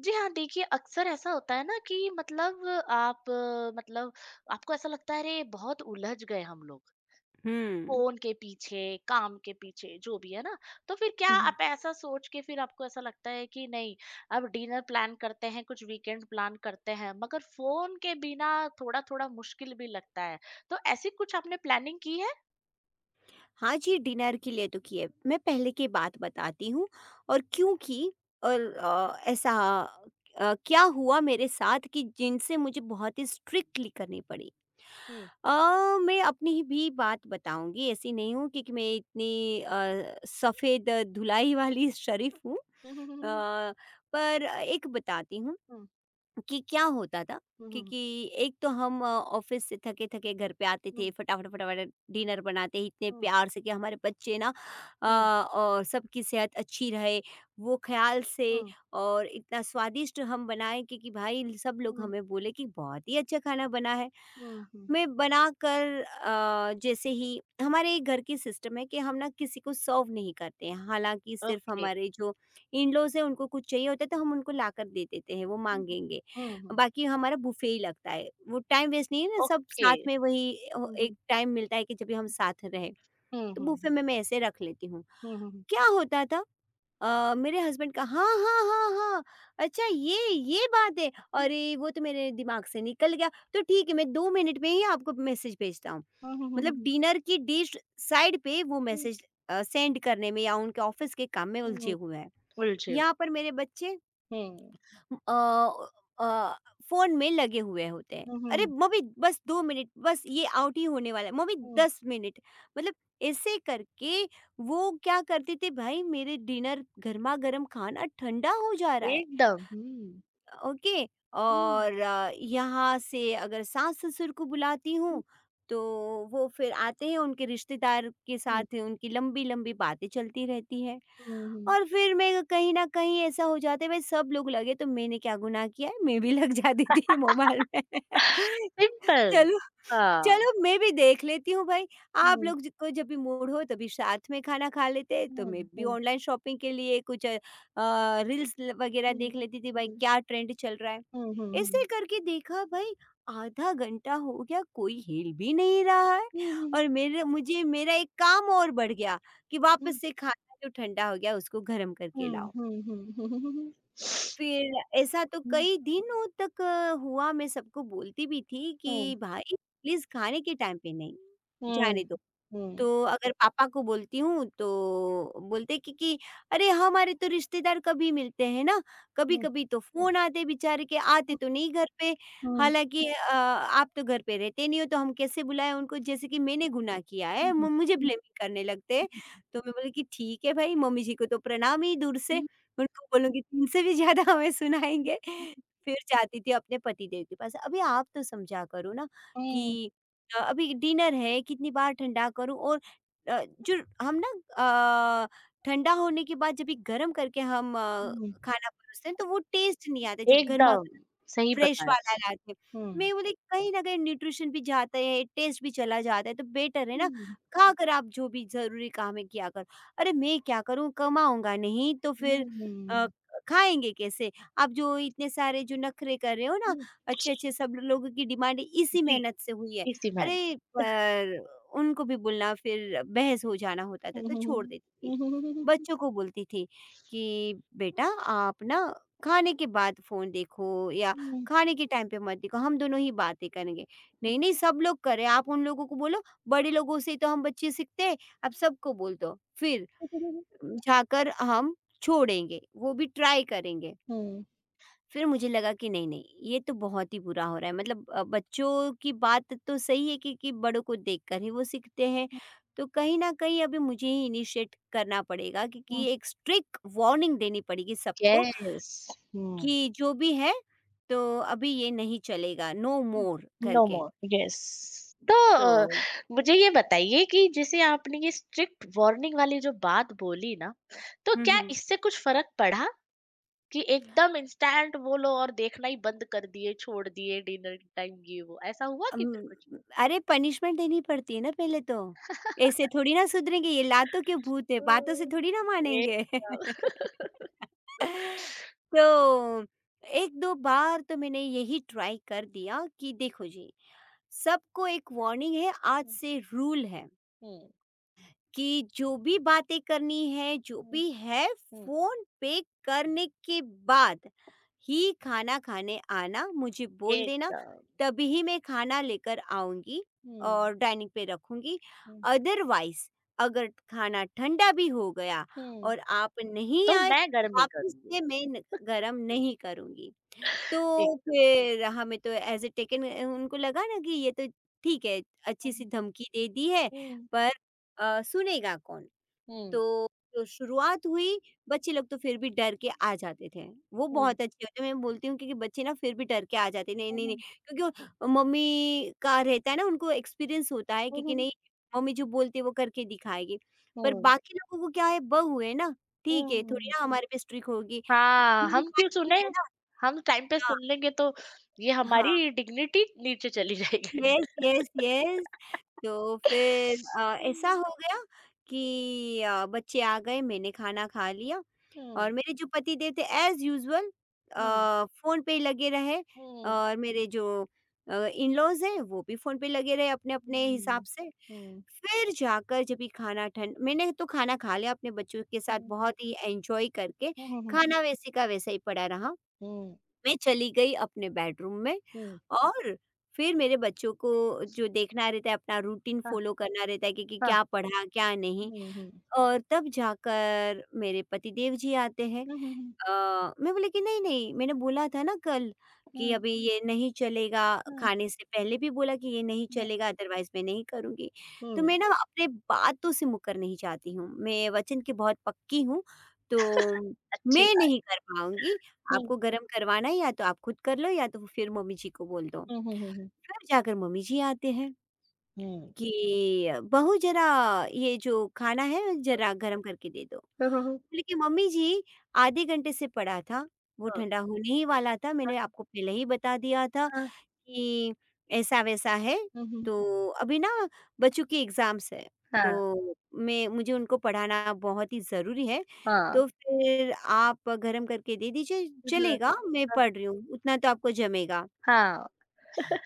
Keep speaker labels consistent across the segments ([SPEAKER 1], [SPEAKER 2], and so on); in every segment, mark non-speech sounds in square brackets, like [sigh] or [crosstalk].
[SPEAKER 1] जी हाँ, देखिए अक्सर ऐसा होता है ना कि मतलब आप मतलब आपको ऐसा लगता है अरे बहुत उलझ गए हम लोग,
[SPEAKER 2] हुँ,
[SPEAKER 1] फ़ोन के पीछे, काम के पीछे जो भी है ना। तो फिर क्या
[SPEAKER 2] हुँ।
[SPEAKER 1] आप ऐसा सोच के फिर आपको ऐसा लगता है कि नहीं अब डिनर प्लान करते हैं, कुछ वीकेंड प्लान करते हैं, मगर फ़ोन के बिना थोड़ा-थोड़ा मुश्किल भी लगता है। तो ऐसी कुछ आपने प्लानिंग की है?
[SPEAKER 2] हाँ जी, डिनर के लिए तो किए। मैं पहले की बात बताती हूँ और क्यों की और ऐसा क्या हुआ मेरे साथ कि जिनसे मुझे बहुत ही स्ट्रिक्टली करनी पड़ी।
[SPEAKER 1] हुँ।
[SPEAKER 2] अ, मैं अपनी ही भी बात बताऊँगी, ऐसी नहीं हूँ कि मैं इतनी सफ़ेद धुलाई वाली [laughs] शरीफ़ हूँ।
[SPEAKER 1] हुँ, हुँ, हुँ,
[SPEAKER 2] पर एक बताती हूँ। कि क्या होता था
[SPEAKER 1] हुँ, हुँ।
[SPEAKER 2] क्योंकि एक तो हम ऑफिस से थके थके घर पे आते
[SPEAKER 1] हुँ,
[SPEAKER 2] थे फटाफट फटाफट डिनर बनाते इतने
[SPEAKER 1] हुँ,
[SPEAKER 2] प्यार से कि हमारे बच्चे ना अ,
[SPEAKER 1] हुँ, हुँ,
[SPEAKER 2] और सबकी सेहत अच्छी रहे वो ख्याल
[SPEAKER 1] हुँ,
[SPEAKER 2] से
[SPEAKER 1] हुँ,
[SPEAKER 2] और इतना स्वादिष्ट हम बनाए कि भाई सब
[SPEAKER 1] हुँ,
[SPEAKER 2] लोग
[SPEAKER 1] हुँ,
[SPEAKER 2] हमें बोले कि बहुत ही अच्छा खाना बना है।
[SPEAKER 1] हुँ, हुँ, हुँ।
[SPEAKER 2] मैं बना कर जैसे ही हमारे घर की सिस्टम है कि हम ना किसी को सर्व नहीं करते हैं हालांकि सिर्फ
[SPEAKER 1] ओके।
[SPEAKER 2] हमारे जो इन लॉज है उनको कुछ चाहिए होता है तो हम उनको ला कर दे देते हैं वो
[SPEAKER 1] हुँ, हुँ।
[SPEAKER 2] मांगेंगे।
[SPEAKER 1] हुँ, हुँ।
[SPEAKER 2] बाकी हमारा बुफे ही लगता है, वो टाइम वेस्ट नहीं है ना सब
[SPEAKER 1] ओके।
[SPEAKER 2] साथ में वही
[SPEAKER 1] हुँ,
[SPEAKER 2] एक
[SPEAKER 1] हुँ।
[SPEAKER 2] टाइम मिलता है कि जब भी हम साथ रहें,
[SPEAKER 1] हुँ,
[SPEAKER 2] तो
[SPEAKER 1] हुँ,
[SPEAKER 2] बुफे
[SPEAKER 1] हुँ।
[SPEAKER 2] में मैं ऐसे रख लेती हूँ।
[SPEAKER 1] हुँ, हुँ, हुँ।
[SPEAKER 2] क्या होता था मेरे हस्बैंड का हाँ, हाँ, हाँ, हाँ, अच्छा ये बात है,
[SPEAKER 1] हुँ।
[SPEAKER 2] अरे वो तो मेरे दिमाग से निकल गया, तो ठीक है मैं 2 मिनट में ही आपको मैसेज भेजता हूँ।
[SPEAKER 1] हुँ, हुँ, हुँ, हुँ,
[SPEAKER 2] मतलब
[SPEAKER 1] हुँ।
[SPEAKER 2] डिनर की डिश साइड पे वो मैसेज सेंड करने में या उनके ऑफ़िस के काम में
[SPEAKER 1] हुँ,
[SPEAKER 2] उलझे
[SPEAKER 1] हुँ,
[SPEAKER 2] हुए हैं।
[SPEAKER 1] उलझे हुए।
[SPEAKER 2] यहाँ पर मेरे बच्चे
[SPEAKER 1] हुँ,
[SPEAKER 2] अ अ, फ़ोन में लगे हुए होते हैं।
[SPEAKER 1] हुँ, हुँ,
[SPEAKER 2] अरे
[SPEAKER 1] हुँ,
[SPEAKER 2] मम्मी बस 2 मिनट, बस ये आउट ही होने वाला है, मम्मी
[SPEAKER 1] हुँ।
[SPEAKER 2] 10 मिनट मतलब ऐसे करके वो क्या करते थे भाई मेरे डिनर गरमा-गरम खाना ठंडा हो जा रहा है,
[SPEAKER 1] एकदम हुँ,
[SPEAKER 2] ओके।
[SPEAKER 1] हुँ,
[SPEAKER 2] और यहाँ से अगर सास-ससुर को बुलाती
[SPEAKER 1] हुँ,
[SPEAKER 2] हूँ, तो वो फिर आते हैं उनके रिश्तेदार के
[SPEAKER 1] हुँ,
[SPEAKER 2] साथ उनकी लंबी-लंबी बातें चलती रहती है।
[SPEAKER 1] हुँ, हुँ।
[SPEAKER 2] और फिर मैं कहीं न कहीं ऐसा हो जाता है भाई सब लोग लगे तो मैंने क्या गुनाह किया है, मैं भी [laughs] लग जाती थी मोबाइल में। [laughs]
[SPEAKER 1] सिंपल
[SPEAKER 2] चलो
[SPEAKER 1] हाँ।
[SPEAKER 2] चलो मैं भी देख लेती हूँ भाई, आप
[SPEAKER 1] हुँ,
[SPEAKER 2] लोग ज को जब भी मूड हो तभी साथ में खाना खा लेते हैं, तो
[SPEAKER 1] हुँ,
[SPEAKER 2] मैं भी
[SPEAKER 1] हुँ,
[SPEAKER 2] ऑनलाइन शॉपिंग के लिए कुछ रील्स ल वगैरह
[SPEAKER 1] हुँ,
[SPEAKER 2] देख लेती थी भाई
[SPEAKER 1] हुँ।
[SPEAKER 2] क्या ट्रेंड चल रहा है।
[SPEAKER 1] हुँ, हुँ,
[SPEAKER 2] ऐसे
[SPEAKER 1] हुँ।
[SPEAKER 2] करके देखा भाई आधा घंटा हो गया कोई हिल भी नहीं रहा है
[SPEAKER 1] हुँ, हुँ, हुँ।
[SPEAKER 2] और मेरे मुझे मेरा एक काम और बढ़ गया कि वापस से खाना जो ठंडा हो गया उसको गर्म करके
[SPEAKER 1] हुँ,
[SPEAKER 2] लाओ।
[SPEAKER 1] हुँ, हुँ, हुँ।
[SPEAKER 2] फिर ऐसा तो
[SPEAKER 1] हुँ,
[SPEAKER 2] कई दिनों तक हुआ मैं सबको बोलती भी थी
[SPEAKER 1] हुँ,
[SPEAKER 2] कि भाई प्लीज़ खाने के टाइम पे नहीं, जाने
[SPEAKER 1] हुँ,
[SPEAKER 2] दो।
[SPEAKER 1] हुँ,
[SPEAKER 2] तो अगर पापा को बोलती हूँ तो बोलते हैं कि अरे हाँ, हमारे तो रिश्तेदार कभी मिलते हैं ना
[SPEAKER 1] हुँ, हुँ,
[SPEAKER 2] कभी-कभी तो फ़ोन आते बेचारे के आते
[SPEAKER 1] हुँ, हुँ,
[SPEAKER 2] तो नहीं घर पे। हालाँकि आप तो घर पे रहते नहीं हो तो हम कैसे बुलाएँ उनको जैसे कि मैंने गुनाह किया है
[SPEAKER 1] हुँ, हुँ,
[SPEAKER 2] म मुझे ब्लेमिंग करने लगते हैं। तो मैं बोली कि ठीक है भाई मम्मी जी को तो प्रणाम ही दूर से, उनको बोलूँगी तुमसे भी ज़्यादा हमें
[SPEAKER 1] हुँ,
[SPEAKER 2] सुनाएँगे। फिर जाती थी अपने पतिदेव के पास, अभी आप तो समझा करो ना कि अभी डिनर है कितनी बार ठंडा करूँ और जो हम ना अ, ठंडा होने के बाद जब भी गर्म करके हम
[SPEAKER 1] हुँ, हुँ।
[SPEAKER 2] खाना परोसते हैं तो वो टेस्ट नहीं आता जो गर्मा
[SPEAKER 1] एकदम, सही
[SPEAKER 2] फ्रेश
[SPEAKER 1] बताया।
[SPEAKER 2] वाला लाते हैं।
[SPEAKER 1] हुँ।
[SPEAKER 2] तो मैं बोली कहीं न कहीं न्यूट्रिशन भी जाता है, टेस्ट भी चला जाता है, तो बेटर है ना,
[SPEAKER 1] हुँ।
[SPEAKER 2] खाकर आप जो भी ज़रूरी काम है किया करो। अरे! मैं क्या करूँ कमाऊँगा नहीं तो फिर
[SPEAKER 1] हुँ।
[SPEAKER 2] अ, खाएँगे कैसे? आप जो इतने सारे जो नखरे कर रहे हो ना,
[SPEAKER 1] हुँ,
[SPEAKER 2] अच्छे-अच्छे सब लोगों की डिमांड इसी
[SPEAKER 1] जी,
[SPEAKER 2] मेहनत से हुई है।
[SPEAKER 1] इसी मैन।
[SPEAKER 2] अरे! पर उनको भी बोलना फिर बहस हो जाना होता था,
[SPEAKER 1] हुँ,
[SPEAKER 2] तो
[SPEAKER 1] हुँ,
[SPEAKER 2] छोड़ देती थी।
[SPEAKER 1] हुँ, हुँ।
[SPEAKER 2] बच्चों को बोलती थी कि बेटा आप ना खाने के बाद फ़ोन देखो या खाने के टाइम पे मत देखो, हम दोनों ही बातें करेंगे।
[SPEAKER 1] हुँ।
[SPEAKER 2] नहीं, नहीं सब लोग करें, आप उन लोगों को बोलो बड़े लोगों से तो हम बच्चे सीखते हैं, आप सबको बोल दो। फिर जाकर हम छोड़ेंगे, वो भी ट्राई करेंगे।
[SPEAKER 1] हुँ।
[SPEAKER 2] फिर मुझे लगा कि नहीं, नहीं ये तो बहुत ही बुरा हो रहा है मतलब बच्चों की बात तो सही है कि बड़ों को देखकर ही वो सीखते हैं। तो कहीं न कहीं अभी मुझे ही इनिशिएट करना पड़ेगा क्योंकि
[SPEAKER 1] हुँ।
[SPEAKER 2] एक स्ट्रिक्ट वार्निंग देनी पड़ेगी सबको
[SPEAKER 1] येस। हुँ।
[SPEAKER 2] कि जो भी है तो अभी ये नहीं चलेगा, नो मोर
[SPEAKER 1] हुँ, नो
[SPEAKER 2] करके।
[SPEAKER 1] More, yes.
[SPEAKER 2] तो
[SPEAKER 1] मुझे ये बताइए कि जैसे आपने ये स्ट्रिक्ट वार्निंग वाली जो बात बोली ना, तो
[SPEAKER 2] हुँ,
[SPEAKER 1] क्या
[SPEAKER 2] हुँ।
[SPEAKER 1] इससे कुछ फ़र्क पड़ा कि एकदम इंस्टेंट बोलो और देखना ही बंद कर दिए, छोड़ दिए डिनर टाइम ये वो, ऐसा हुआ
[SPEAKER 2] अम,
[SPEAKER 1] कि फिर कुछ?
[SPEAKER 2] अरे पनिशमेंट देनी पड़ती है ना पहले तो। ऐसे थोड़ी ना सुधरेंगे, ये लातों के भूत है, बातों से थोड़ी ना मानेंगे।
[SPEAKER 1] एकदम।
[SPEAKER 2] [laughs]
[SPEAKER 1] [laughs]
[SPEAKER 2] तो 1-2 बार तो मैंने यही ट्राई कर दिया कि देखो जी, सबको एक वार्निंग है, आज
[SPEAKER 1] हुँ,
[SPEAKER 2] से रूल है।
[SPEAKER 1] हुँ,
[SPEAKER 2] कि जो भी बातें करनी है, जो
[SPEAKER 1] हुँ,
[SPEAKER 2] भी है,
[SPEAKER 1] हुँ।
[SPEAKER 2] फ़ोन पे करने के बाद ही खाना खाने आना, मुझे बोल देना,
[SPEAKER 1] एकदम।
[SPEAKER 2] तभी ही मैं खाना लेकर आऊँगी
[SPEAKER 1] हुँ,
[SPEAKER 2] और डाइनिंग पे रखूँगी।
[SPEAKER 1] हुँ,
[SPEAKER 2] अदरवाइज़ अगर खाना ठंडा भी हो गया
[SPEAKER 1] हुँ।
[SPEAKER 2] और आप नहीं
[SPEAKER 1] तो
[SPEAKER 2] आए,
[SPEAKER 1] मैं गर्म नहीं
[SPEAKER 2] वापस
[SPEAKER 1] करूँगी,
[SPEAKER 2] से मैं न गरम नहीं करूँगी। तो
[SPEAKER 1] एकदम।
[SPEAKER 2] फिर हमें तो एज़ अ टेकन उनको लगा ना कि ये तो ठीक है, अच्छी-सी
[SPEAKER 1] हुँ,
[SPEAKER 2] धमकी दे दी है,
[SPEAKER 1] हुँ,
[SPEAKER 2] पर सुनेगा कौन?
[SPEAKER 1] हुँ,
[SPEAKER 2] तो जो शुरुआत हुई, बच्चे लोग तो फिर भी डर के आ जाते थे। वो
[SPEAKER 1] हुँ,
[SPEAKER 2] बहुत अच्छे होते हैं, मैं बोलती हूँ क्योंकि बच्चे ना फिर भी डर के आ जाते हैं, नहीं, नहीं, नहीं,
[SPEAKER 1] हुँ,
[SPEAKER 2] क्योंकि वो मम्मी का रहता है ना, उनको एक्सपीरियंस होता है क्योंकि
[SPEAKER 1] हुँ,
[SPEAKER 2] नहीं, मम्मी जो बोलती है, वो करके दिखाएगी। पर बाकी लोगों को क्या है, बहू है ना,
[SPEAKER 1] हुँ,
[SPEAKER 2] ठीक है, थोड़ी
[SPEAKER 1] हुँ।
[SPEAKER 2] ना हमारे पे स्ट्रिक्ट होगी।
[SPEAKER 1] हाँ,
[SPEAKER 2] मेरी
[SPEAKER 1] हम क्यों
[SPEAKER 2] वाइफ भी
[SPEAKER 1] सुने?
[SPEAKER 2] है ना।
[SPEAKER 1] हम टाइम पे
[SPEAKER 2] हाँ,
[SPEAKER 1] सुन लेंगे तो ये
[SPEAKER 2] हाँ।
[SPEAKER 1] हमारी डिग्निटी नीचे चली जाएगी।
[SPEAKER 2] Yes, yes, yes. तो फिर ऐसा
[SPEAKER 1] हुँ,
[SPEAKER 2] हो गया कि बच्चे आ गए, मैंने खाना खा लिया
[SPEAKER 1] हुँ,
[SPEAKER 2] और मेरे जो पतिदेव थे एज़ यूजुअल
[SPEAKER 1] हुँ,
[SPEAKER 2] फ़ोन पे ही लगे रहे
[SPEAKER 1] हुँ,
[SPEAKER 2] और मेरे जो इन-लॉज़ हैं, वो भी फ़ोन पे लगे रहे
[SPEAKER 1] हुँ,
[SPEAKER 2] अपने-अपने हिसाब
[SPEAKER 1] हुँ,
[SPEAKER 2] से।
[SPEAKER 1] हुँ,
[SPEAKER 2] फिर जाकर जब ये खाना ठंड मैंने तो खाना खा लिया अपने बच्चों के साथ
[SPEAKER 1] हुँ,
[SPEAKER 2] बहुत ही एन्जॉय करके,
[SPEAKER 1] हुँ, हुँ, हुँ।
[SPEAKER 2] खाना वैसे का वैसा ही पड़ा रहा।
[SPEAKER 1] हुँ,
[SPEAKER 2] मैं चली गई अपने बेडरूम में
[SPEAKER 1] हुँ।
[SPEAKER 2] और फिर मेरे बच्चों को जो देखना रहता है अपना रूटीन
[SPEAKER 1] हाँ,
[SPEAKER 2] फॉलो करना रहता है कि
[SPEAKER 1] हाँ।
[SPEAKER 2] क्या पढ़ा क्या नहीं।
[SPEAKER 1] हुँ, हुँ।
[SPEAKER 2] और तब जाकर मेरे पति देव जी आते हैं।
[SPEAKER 1] हुँ, हुँ, हुँ।
[SPEAKER 2] मैं बोली कि नहीं-नहीं मैंने बोला था ना कल कि
[SPEAKER 1] हुँ,
[SPEAKER 2] अभी ये नहीं चलेगा,
[SPEAKER 1] हुँ,
[SPEAKER 2] खाने से पहले भी बोला कि ये नहीं
[SPEAKER 1] हुँ,
[SPEAKER 2] चलेगा अदरवाइज़ मैं नहीं करूँगी। तो
[SPEAKER 1] हुँ।
[SPEAKER 2] मैं ना अपने बातों से मुकर नहीं जाती हूँ, मैं वचन की बहुत पक्की हूँ, तो
[SPEAKER 1] अच्छी
[SPEAKER 2] मैं
[SPEAKER 1] बात।
[SPEAKER 2] नहीं कर पाऊँगी,
[SPEAKER 1] हुँ,
[SPEAKER 2] आपको गरम करवाना है या तो आप खुद कर लो या तो फिर मम्मी जी को बोल दो।
[SPEAKER 1] हुँ, हुँ, हुँ, हुँ।
[SPEAKER 2] फिर जाकर मम्मी जी आते हैं
[SPEAKER 1] हुँ।
[SPEAKER 2] कि बहू ज़रा ये जो खाना है ज़रा गरम करके दे दो।
[SPEAKER 1] हुँ, हुँ, हुँ।
[SPEAKER 2] बोले कि मम्मी जी आधे घंटे से पड़ा था, वो
[SPEAKER 1] हाँ।
[SPEAKER 2] ठंडा होने ही वाला था, मैंने आपको पहले ही बता दिया था
[SPEAKER 1] हाँ,
[SPEAKER 2] कि ऐसा-वैसा है,
[SPEAKER 1] हुँ, हुँ।
[SPEAKER 2] तो अभी ना बच्चों की एग्ज़ाम्स है,
[SPEAKER 1] हाँ, हुँ। हाँ।
[SPEAKER 2] तो मैं मुझे उनको पढ़ाना बहुत ही ज़रूरी है,
[SPEAKER 1] हाँ,
[SPEAKER 2] तो फिर आप गरम करके दे दीजिए,
[SPEAKER 1] हाँ,
[SPEAKER 2] चलेगा मैं पढ़ रही हूँ, उतना तो आपको जमेगा।
[SPEAKER 1] हाँ।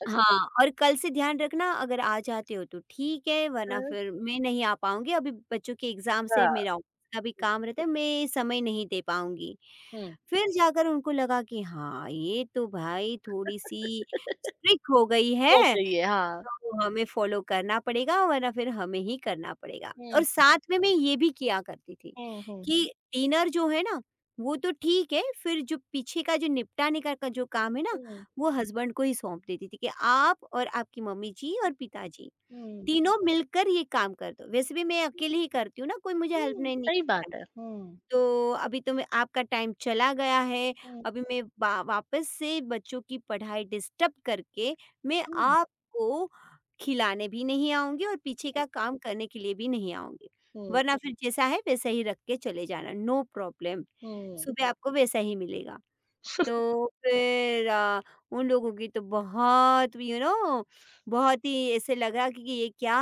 [SPEAKER 2] हाँ, और कल से ध्यान रखना अगर आ जाते हो तो ठीक है वरना
[SPEAKER 1] हुँ,
[SPEAKER 2] फिर मैं नहीं आ पाऊँगी अभी बच्चों के एग्ज़ाम से
[SPEAKER 1] हाँ।
[SPEAKER 2] मेरा ऑफ़िस का भी काम रहता है मैं समय नहीं दे पाऊँगी।
[SPEAKER 1] हुँ।
[SPEAKER 2] फिर जाकर उनको लगा कि हाँ, ये तो भाई थोड़ी-सी
[SPEAKER 1] [laughs]
[SPEAKER 2] स्ट्रिक्ट हो गई
[SPEAKER 1] हो
[SPEAKER 2] है
[SPEAKER 1] गई है, हाँ।
[SPEAKER 2] तो हमें फॉलो करना पड़ेगा वरना फिर हमें ही करना पड़ेगा और
[SPEAKER 1] हुँ,
[SPEAKER 2] साथ में मैं ये भी किया करती थी
[SPEAKER 1] हुँ, हुँ,
[SPEAKER 2] कि डिनर जो है ना वो तो ठीक है फिर जो पीछे का जो निपटाने का जो काम है ना
[SPEAKER 1] हुँ,
[SPEAKER 2] वो हस्बैंड को ही सौंप देती थी कि आप और आपकी मम्मी जी और पिताजी
[SPEAKER 1] हुँ।
[SPEAKER 2] तीनों मिलकर ये काम कर दो वैसे भी मैं अकेले ही करती हूँ ना कोई मुझे हेल्प
[SPEAKER 1] हुँ,
[SPEAKER 2] नहीं नहीं।
[SPEAKER 1] सही बात है। हुँ,
[SPEAKER 2] तो अभी तो मैं आपका टाइम चला गया है,
[SPEAKER 1] हुँ,
[SPEAKER 2] अभी मैं बा वापस से बच्चों की पढ़ाई डिस्टर्ब करके मैं
[SPEAKER 1] हुँ, हुँ,
[SPEAKER 2] आपको खिलाने भी नहीं आऊँगी और पीछे का काम करने के लिए भी नहीं आऊँगी।
[SPEAKER 1] हुँ।
[SPEAKER 2] वरना फिर जैसा है वैसा ही रख के चले जाना, नो प्रॉब्लम।
[SPEAKER 1] हुँ।
[SPEAKER 2] सुबह आपको वैसा ही मिलेगा। तो फिर उन लोगों की तो बहुत यू नो बहुत ही ऐसे लगा कि ये क्या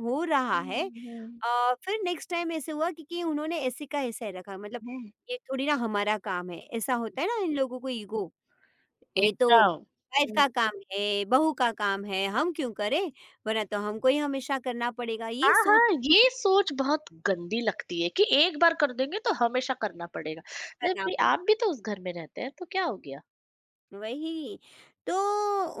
[SPEAKER 2] हो रहा है?
[SPEAKER 1] हुँ, हुँ।
[SPEAKER 2] फिर नेक्स्ट टाइम ऐसे हुआ क्योंकि उन्होंने ऐसे का ऐसा ही रखा मतलब ये थोड़ी ना हमारा काम है, ऐसा होता है ना इन लोगों को ईगो, ये तो
[SPEAKER 1] एकदम।
[SPEAKER 2] वाइफ
[SPEAKER 1] हुँ।
[SPEAKER 2] का काम है, बहू का काम है, हम क्यों करें? वरना तो हमको ही हमेशा करना पड़ेगा, ये
[SPEAKER 1] हाँ,
[SPEAKER 2] सोच
[SPEAKER 1] हाँ,
[SPEAKER 2] के
[SPEAKER 1] ये सोच बहुत गंदी लगती है कि एक बार कर देंगे तो हमेशा करना पड़ेगा।
[SPEAKER 2] करना
[SPEAKER 1] जबकि
[SPEAKER 2] पड़े।
[SPEAKER 1] आप भी तो उस घर में रहते हैं, तो क्या हो गया?
[SPEAKER 2] वही। तो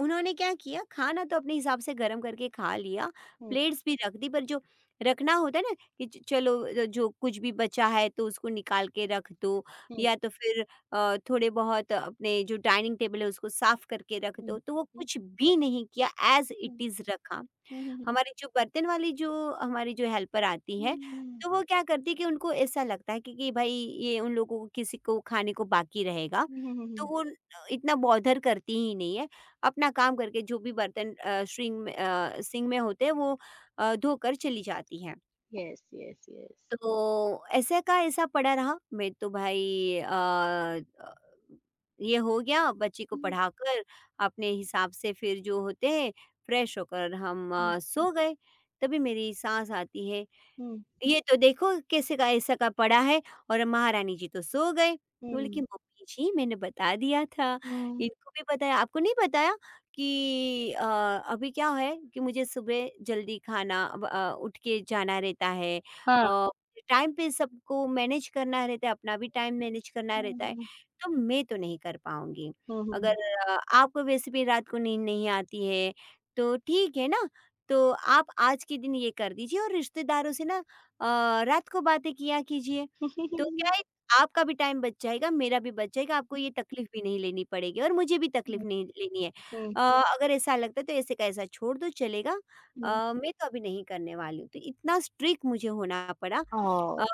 [SPEAKER 2] उन्होंने क्या किया, खाना तो अपने हिसाब से गरम करके खा लिया,
[SPEAKER 1] हुँ,
[SPEAKER 2] प्लेट्स भी रख दी पर जो रखना होता है ना कि च चलो, जो कुछ भी बचा है तो उसको निकाल के रख दो,
[SPEAKER 1] हुँ,
[SPEAKER 2] या तो फिर थोड़े बहुत अपने जो डाइनिंग टेबल है उसको साफ करके रख
[SPEAKER 1] हुँ,
[SPEAKER 2] दो। तो वो
[SPEAKER 1] हुँ,
[SPEAKER 2] कुछ भी नहीं किया, ऐज़ इट
[SPEAKER 1] हुँ,
[SPEAKER 2] इज़ रखा।
[SPEAKER 1] हुँ, हुँ, हुँ,
[SPEAKER 2] हमारी जो बर्तन वाली जो हमारी जो हेल्पर आती है,
[SPEAKER 1] हुँ,
[SPEAKER 2] तो वो क्या करती है कि उनको ऐसा लगता है कि भाई ये उन लोगों को किसी को खाने को बाकी रहेगा,
[SPEAKER 1] हुँ, हुँ,
[SPEAKER 2] तो
[SPEAKER 1] हुँ।
[SPEAKER 2] वो न इतना बॉदर करती ही नहीं है। अपना काम करके जो भी बर्तन सिंक में होते हैं वो धोकर चली जाती हैं।
[SPEAKER 1] Yes, yes, yes.
[SPEAKER 2] तो ऐसा का ऐसा पड़ा रहा। मैं तो भाई अ, ये हो गया बच्ची को
[SPEAKER 1] हुँ,
[SPEAKER 2] पढ़ाकर अपने हिसाब से फिर जो होते हैं फ्रेश होकर हम
[SPEAKER 1] हुँ,
[SPEAKER 2] सो गए। तभी मेरी सास आती है,
[SPEAKER 1] हुँ,
[SPEAKER 2] ये तो देखो कैसे का ऐसा का पड़ा है और महारानी जी तो सो गए। बोले कि
[SPEAKER 1] हुँ,
[SPEAKER 2] मम्मी जी मैंने बता दिया था,
[SPEAKER 1] हुँ,
[SPEAKER 2] इनको भी बताया, आपको नहीं बताया कि अभी क्या है कि मुझे सुबह जल्दी खाना अब उठ के जाना रहता है।
[SPEAKER 1] हाँ।
[SPEAKER 2] अ, टाइम पे सबको मैनेज करना रहता है, अपना भी टाइम मैनेज करना
[SPEAKER 1] हुँ,
[SPEAKER 2] रहता है,
[SPEAKER 1] हुँ,
[SPEAKER 2] तो मैं तो नहीं कर पाऊँगी।
[SPEAKER 1] हुँ, हुँ,
[SPEAKER 2] अगर आपको वैसे भी रात को नींद नहीं आती है, तो ठीक है ना? तो आप आज के दिन ये कर दीजिए और रिश्तेदारों से ना अ, रात को बातें किया कीजिए, तो
[SPEAKER 1] हुँ।
[SPEAKER 2] क्या है, आपका भी टाइम बच जाएगा, मेरा भी बच जाएगा, आपको ये तकलीफ़ भी नहीं लेनी पड़ेगी और मुझे भी तकलीफ़
[SPEAKER 1] हुँ,
[SPEAKER 2] नहीं लेनी है।
[SPEAKER 1] हुँ,
[SPEAKER 2] अगर ऐसा लगता है तो ऐसे का ऐसा छोड़ दो, चलेगा।
[SPEAKER 1] हुँ,
[SPEAKER 2] मैं तो अभी नहीं करने वाली हूँ। तो इतना स्ट्रिक्ट मुझे होना पड़ा।
[SPEAKER 1] ओह!
[SPEAKER 2] अ,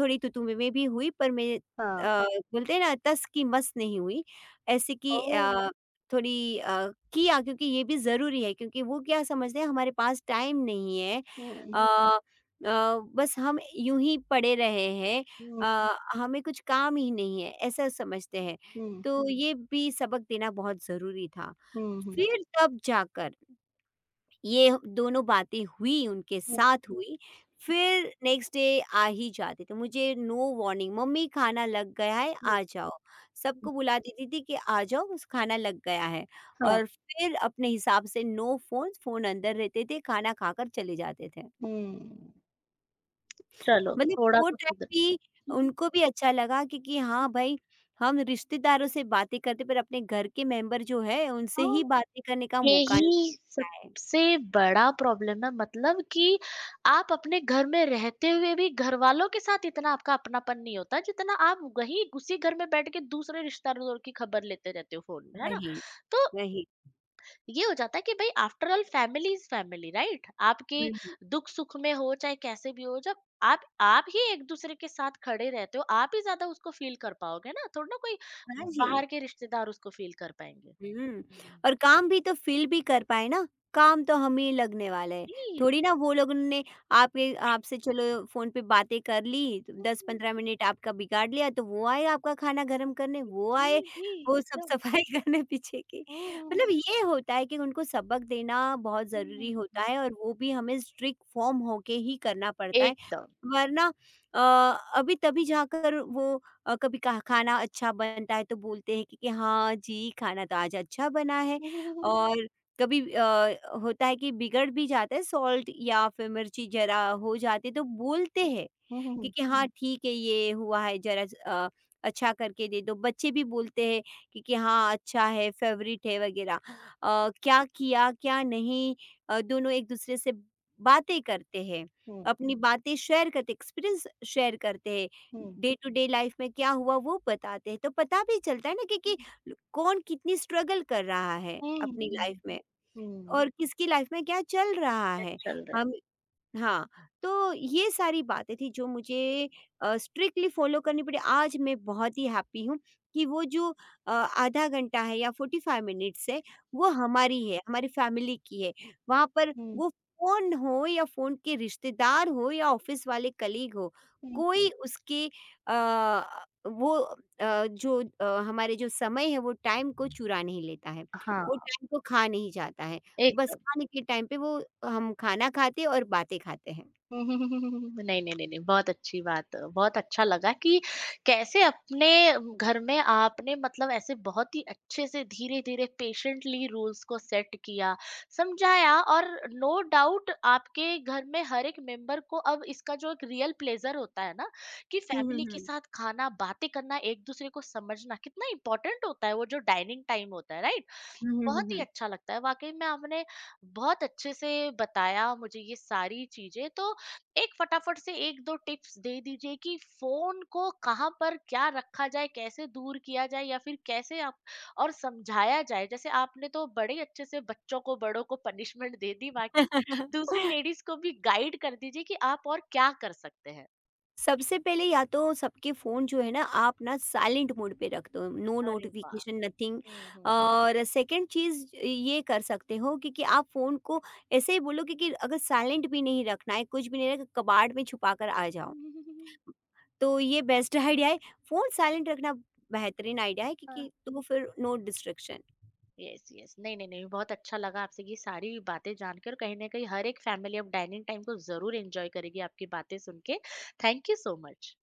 [SPEAKER 2] थोड़ी तू-तू मैं-मैं भी हुई पर मैं,
[SPEAKER 1] हाँ,
[SPEAKER 2] बोलते हैं ना, तस की मस नहीं हुई। ऐसे कि
[SPEAKER 1] ओह!
[SPEAKER 2] थोड़ी किया, क्योंकि ये भी ज़रूरी है, क्योंकि वो क्या समझते हैं हमारे पास टाइम नहीं है,
[SPEAKER 1] हुँ, हुँ,
[SPEAKER 2] अ बस हम यूँ ही पड़े रहे हैं,
[SPEAKER 1] हुँ,
[SPEAKER 2] हमें कुछ काम ही नहीं है, ऐसा समझते हैं।
[SPEAKER 1] हुँ,
[SPEAKER 2] तो ये भी सबक देना बहुत ज़रूरी था।
[SPEAKER 1] हुँ, हुँ,
[SPEAKER 2] फिर तब जाकर ये दोनों बातें हुई, उनके
[SPEAKER 1] हुँ,
[SPEAKER 2] साथ हुई। फिर नेक्स्ट डे आ ही जाते थे। मुझे नो वार्निंग, मम्मी खाना लग गया है
[SPEAKER 1] हुँ,
[SPEAKER 2] आ जाओ। सबको बुला देती थी कि आ जाओ बस खाना लग गया है,
[SPEAKER 1] हाँ,
[SPEAKER 2] और फिर अपने हिसाब से नो फ़ोन, फ़ोन अंदर रहते थे, खाना खाकर चले जाते थे।
[SPEAKER 1] हुँ। चलो,
[SPEAKER 2] मतलब
[SPEAKER 1] थोड़ा
[SPEAKER 2] वो
[SPEAKER 1] तो
[SPEAKER 2] टाइम
[SPEAKER 1] सुधरा।
[SPEAKER 2] भी
[SPEAKER 1] हुँ,
[SPEAKER 2] उनको भी अच्छा लगा, क्योंकि हाँ
[SPEAKER 1] हुँ।
[SPEAKER 2] भाई, हम रिश्तेदारों से बातें करते पर अपने घर के मेंबर जो है उनसे
[SPEAKER 1] हाँ,
[SPEAKER 2] ही बातें करने का मौका
[SPEAKER 1] यही
[SPEAKER 2] मिलता है।
[SPEAKER 1] सबसे बड़ा प्रॉब्लम है मतलब कि आप अपने घर में रहते हुए भी घरवालों के साथ इतना आपका अपनापन नहीं होता जितना आप वहीं उसी घर में बैठ के दूसरे रिश्तेदारों की खबर लेते रहते हो फ़ोन में, है ना?
[SPEAKER 2] वही,
[SPEAKER 1] तो
[SPEAKER 2] वही।
[SPEAKER 1] ये हो जाता है कि भई after all family is family right? आपके
[SPEAKER 2] हुँ, हुँ।
[SPEAKER 1] दुःख-सुख में हो चाहे कैसे भी हो जब आप ही एक-दूसरे के साथ खड़े रहते हो, आप ही ज़्यादा उसको फ़ील कर पाओगे ना, थोड़ी ना कोई
[SPEAKER 2] हाँ जी।
[SPEAKER 1] बाहर के रिश्तेदार उसको फ़ील कर पाएँगे।
[SPEAKER 2] हुँ।
[SPEAKER 1] हुँ।
[SPEAKER 2] और काम भी तो फ़ील भी कर पाएँ ना, काम तो हमें ही लगने वाला है।
[SPEAKER 1] जी।
[SPEAKER 2] थोड़ी ना वो लोगों ने आपके आपसे चलो फ़ोन पे बातें कर ली,
[SPEAKER 1] हुँ, हुँ।
[SPEAKER 2] 10-15 मिनट आपका बिगाड़ लिया तो वो आए आपका खाना गरम करने, वो आए
[SPEAKER 1] जी, जी,
[SPEAKER 2] वो सब
[SPEAKER 1] एकदम।
[SPEAKER 2] सफाई [laughs] करने पीछे की। मतलब
[SPEAKER 1] हुँ,
[SPEAKER 2] ये होता है कि उनको सबक देना बहुत
[SPEAKER 1] हुँ, हुँ। हुँ,
[SPEAKER 2] ज़रूरी
[SPEAKER 1] हुँ।
[SPEAKER 2] होता है, और वो भी हमें स्ट्रिक्ट फ़ॉर्म होके ही करना पड़ता है।
[SPEAKER 1] एकदम।
[SPEAKER 2] वरना अ, अभी तभी जाकर वो कभी का खाना अच्छा बनता है तो बोलते हैं कि हाँ जी, खाना तो आज अच्छा बना है, और कभी होता है कि बिगड़ भी जाता है, सॉल्ट या फिर मिर्ची ज़रा हो जाती है तो बोलते हैं
[SPEAKER 1] हुँ, हुँ, हुँ,
[SPEAKER 2] कि
[SPEAKER 1] हुँ।
[SPEAKER 2] कि हाँ ठीक है ये हुआ है ज़रा स अच्छा करके दे दो। बच्चे भी बोलते हैं कि हाँ अच्छा है, फ़ेवरेट है वग़ैरह। क्या किया, क्या नहीं, दोनों एक-दूसरे से बातें करते हैं।
[SPEAKER 1] हुँ,
[SPEAKER 2] अपनी बातें शेयर करते, एक्सपीरियंस शेयर करते हैं।
[SPEAKER 1] हुँ, हुँ।
[SPEAKER 2] डे टू डे लाइफ़ में क्या हुआ वो बताते हैं। तो पता भी चलता है ना कि
[SPEAKER 1] हुँ,
[SPEAKER 2] कि
[SPEAKER 1] हुँ।
[SPEAKER 2] कौन कितनी स्ट्रगल कर रहा है
[SPEAKER 1] हुँ, हुँ,
[SPEAKER 2] अपनी
[SPEAKER 1] हुँ।
[SPEAKER 2] लाइफ़ में
[SPEAKER 1] हुँ।
[SPEAKER 2] और किसकी लाइफ़ में क्या चल रहा है।
[SPEAKER 1] चल रहा है।
[SPEAKER 2] हम हाँ, तो ये सारी बातें थी जो मुझे स्ट्रिक्टली फ़ॉलो करनी पड़ी। आज मैं बहुत ही हैप्पी हूँ कि वो जो आधा घंटा है या 45 मिनट्स है, वो हमारी है, हमारी फ़ैमिली की है। वहाँ पर
[SPEAKER 1] हुँ,
[SPEAKER 2] वो फ़ोन हो या फ़ोन के रिश्तेदार हो या ऑफ़िस वाले कलीग हो,
[SPEAKER 1] हुँ।
[SPEAKER 2] कोई हुँ। उसके अ, वो अ, जो अ, हमारे जो समय है, वो टाइम को चुरा नहीं लेता है। वो
[SPEAKER 1] हाँ,
[SPEAKER 2] टाइम को खा नहीं जाता है। बस
[SPEAKER 1] एकदम।
[SPEAKER 2] खाने के टाइम पे वो हम खाना खाते और बातें खाते हैं।
[SPEAKER 1] नहीं, नहीं, नहीं, नहीं, बहुत अच्छी बात बहुत अच्छा लगा कि कैसे अपने घर में आपने मतलब ऐसे बहुत ही अच्छे से धीरे-धीरे पेशेंटली रूल्स को सेट किया, समझाया और नो डाउट आपके घर में हर एक मेंबर को अब इसका जो एक रियल प्लेज़र होता है ना, कि
[SPEAKER 2] हुँ, हुँ,
[SPEAKER 1] फैमिली के
[SPEAKER 2] हुँ।
[SPEAKER 1] साथ खाना, बातें करना, एक-दूसरे को समझना कितना इम्पोर्टेंट होता है वो जो डाइनिंग टाइम होता है, राइट?
[SPEAKER 2] हुँ, हुँ, हुँ,
[SPEAKER 1] बहुत ही
[SPEAKER 2] हुँ।
[SPEAKER 1] अच्छा लगता है। वाक़ई में आपने बहुत अच्छे से बताया मुझे ये सारी चीज़ें। तो एक फटाफट से 1-2 टिप्स दे दीजिए कि फ़ोन को कहाँ पर क्या रखा जाए, कैसे दूर किया जाए या फिर कैसे आप और समझाया जाए? जैसे आपने तो बड़े अच्छे से बच्चों को, बड़ों को पनिशमेंट दे दी, बाकी
[SPEAKER 2] [laughs]
[SPEAKER 1] दूसरी लेडीज़ को भी गाइड कर दीजिए कि आप और क्या कर सकते हैं?
[SPEAKER 2] सबसे पहले या तो सबके फ़ोन जो है ना आप ना साइलेंट मोड पे रख दो, नो
[SPEAKER 1] अरे वाह!
[SPEAKER 2] नोटिफ़िकेशन नथिंग,
[SPEAKER 1] हुँ, हुँ।
[SPEAKER 2] और सेकंड चीज़ ये कर सकते हो, क्योंकि आप फ़ोन को ऐसे ही बोलो, क्योंकि अगर साइलेंट भी नहीं रखना है, कुछ भी नहीं रखना, कबाड़ में छुपा कर आ जाओ।
[SPEAKER 1] [laughs]
[SPEAKER 2] तो ये बेस्ट आइडिया है, फ़ोन साइलेंट रखना बेहतरीन आइडिया है, क्योंकि तो फिर नो डिस्ट्रैक्शन।
[SPEAKER 1] यस यस नहीं नहीं नहीं बहुत अच्छा लगा आपसे ये सारी बातें जानकर कहीं ना कहीं हर एक फैमिली अब डाइनिंग टाइम को जरूर एंजॉय करेगी आपकी बातें सुन के थैंक यू सो मच